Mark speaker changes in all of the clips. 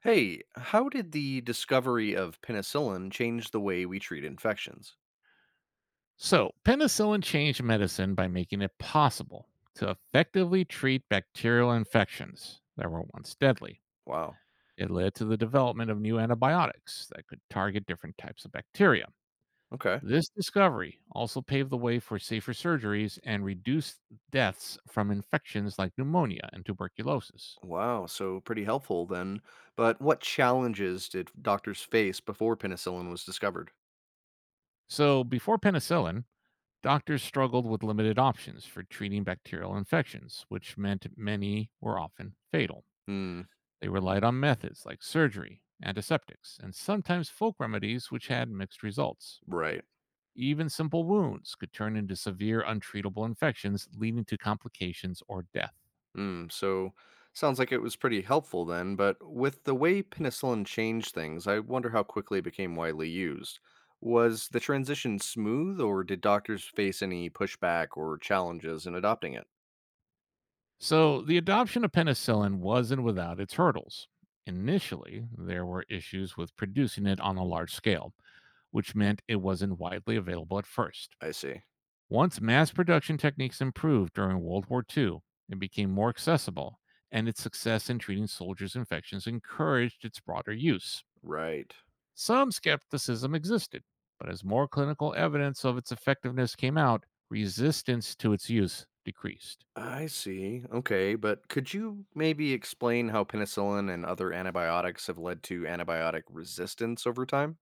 Speaker 1: Hey, how did the discovery of penicillin change the way we treat infections?
Speaker 2: So, penicillin changed medicine by making it possible to effectively treat bacterial infections that were once deadly.
Speaker 1: Wow.
Speaker 2: It led to the development of new antibiotics that could target different types of bacteria.
Speaker 1: Okay.
Speaker 2: This discovery also paved the way for safer surgeries and reduced deaths from infections like pneumonia and tuberculosis.
Speaker 1: Wow. So pretty helpful then. But what challenges did doctors face before penicillin was discovered?
Speaker 2: So, before penicillin, doctors struggled with limited options for treating bacterial infections, which meant many were often fatal.
Speaker 1: Hmm.
Speaker 2: They relied on methods like surgery, antiseptics, and sometimes folk remedies, which had mixed results.
Speaker 1: Right.
Speaker 2: Even simple wounds could turn into severe, untreatable infections, leading to complications or death.
Speaker 1: Hmm. So sounds like it was pretty helpful then. But with the way penicillin changed things, I wonder how quickly it became widely used. Was the transition smooth, or did doctors face any pushback or challenges in adopting it?
Speaker 2: So, the adoption of penicillin wasn't without its hurdles. Initially, there were issues with producing it on a large scale, which meant it wasn't widely available at first.
Speaker 1: I see.
Speaker 2: Once mass production techniques improved during World War II, it became more accessible, and its success in treating soldiers' infections encouraged its broader use.
Speaker 1: Right.
Speaker 2: Some skepticism existed, but as more clinical evidence of its effectiveness came out, resistance to its use decreased.
Speaker 1: I see. Okay, but could you maybe explain how penicillin and other antibiotics have led to antibiotic resistance over time?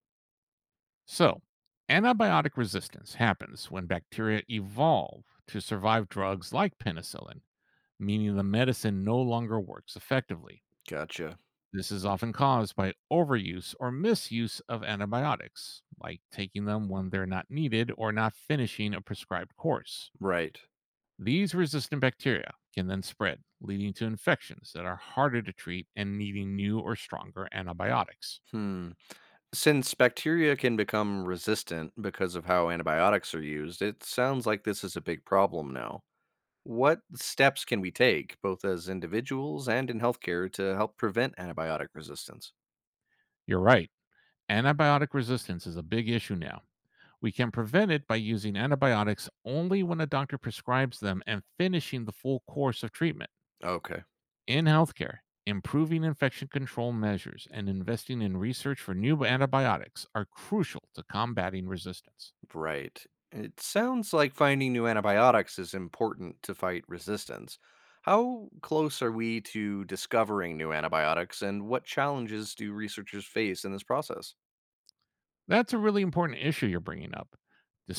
Speaker 2: So, antibiotic resistance happens when bacteria evolve to survive drugs like penicillin, meaning the medicine no longer works effectively.
Speaker 1: Gotcha.
Speaker 2: This is often caused by overuse or misuse of antibiotics, like taking them when they're not needed or not finishing a prescribed course.
Speaker 1: Right.
Speaker 2: These resistant bacteria can then spread, leading to infections that are harder to treat and needing new or stronger antibiotics.
Speaker 1: Hmm. Since bacteria can become resistant because of how antibiotics are used, it sounds like this is a big problem now. What steps can we take, both as individuals and in healthcare, to help prevent antibiotic resistance?
Speaker 2: You're right, antibiotic resistance is a big issue now. We can prevent it by using antibiotics only when a doctor prescribes them and finishing the full course of treatment.
Speaker 1: Okay.
Speaker 2: In healthcare, improving infection control measures and investing in research for new antibiotics are crucial to combating resistance.
Speaker 1: Right. It sounds like finding new antibiotics is important to fight resistance. How close are we to discovering new antibiotics, and what challenges do researchers face in this process?
Speaker 2: That's a really important issue you're bringing up.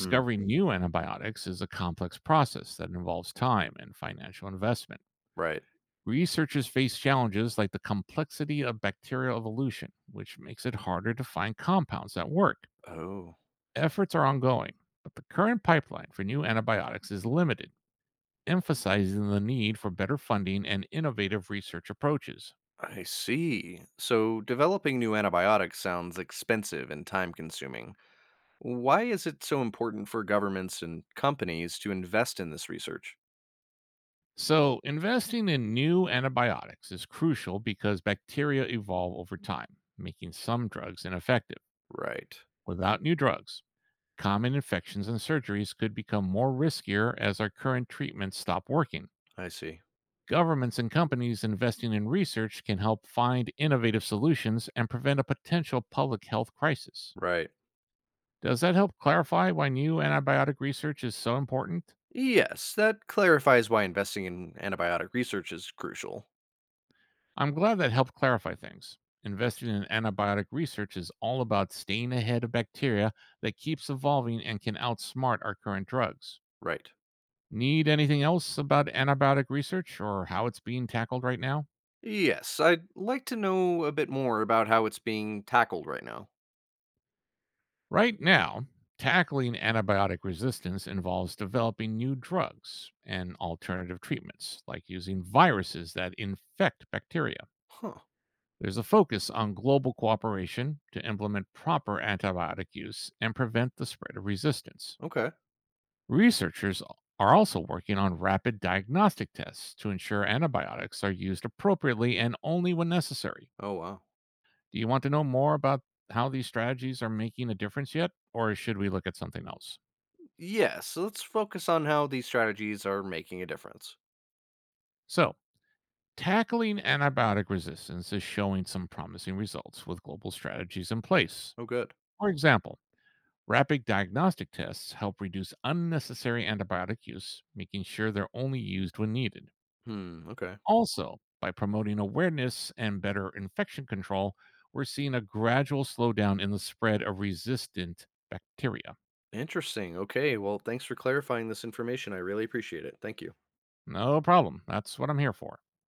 Speaker 1: Mm.
Speaker 2: new antibiotics is a complex process that involves time and financial investment.
Speaker 1: Right.
Speaker 2: Researchers face challenges like the complexity of bacterial evolution, which makes it harder to find compounds that work.
Speaker 1: Oh,
Speaker 2: Efforts are ongoing, but the current pipeline for new antibiotics is limited, emphasizing the need for better funding and innovative research approaches.
Speaker 1: I see. So developing new antibiotics sounds expensive and time consuming. Why is it so important for governments and companies to invest in this research?
Speaker 2: So, investing in new antibiotics is crucial because bacteria evolve over time, making some drugs ineffective.
Speaker 1: Right.
Speaker 2: Without new drugs, common infections and surgeries could become more riskier as our current treatments stop working.
Speaker 1: I see.
Speaker 2: Governments and companies investing in research can help find innovative solutions and prevent a potential public health crisis.
Speaker 1: Right.
Speaker 2: Does that help clarify why new antibiotic research is so important?
Speaker 1: Yes, that clarifies why investing in antibiotic research is crucial.
Speaker 2: I'm glad that helped clarify things. Investing in antibiotic research is all about staying ahead of bacteria that keeps evolving and can outsmart our current drugs.
Speaker 1: Right.
Speaker 2: Need anything else about antibiotic research or how it's being tackled right now?
Speaker 1: Yes, I'd like to know a bit more about how it's being tackled right now.
Speaker 2: Right now, tackling antibiotic resistance involves developing new drugs and alternative treatments, like using viruses that infect bacteria.
Speaker 1: Huh.
Speaker 2: There's a focus on global cooperation to implement proper antibiotic use and prevent the spread of resistance.
Speaker 1: Okay.
Speaker 2: Researchers are also working on rapid diagnostic tests to ensure antibiotics are used appropriately and only when necessary.
Speaker 1: Oh, wow.
Speaker 2: Do you want to know more about how these strategies are making a difference yet, or should we look at something else?
Speaker 1: Yes, so let's focus on how these strategies are making a difference.
Speaker 2: So, tackling antibiotic resistance is showing some promising results with global strategies in place.
Speaker 1: Oh, good.
Speaker 2: For example, rapid diagnostic tests help reduce unnecessary antibiotic use, making sure they're only used when needed.
Speaker 1: Hmm. Okay.
Speaker 2: Also, by promoting awareness and better infection control, we're seeing a gradual slowdown in the spread of resistant bacteria.
Speaker 1: Interesting. Okay. Well, thanks for clarifying this information. I really appreciate it. Thank you.
Speaker 2: No problem. That's what I'm here for.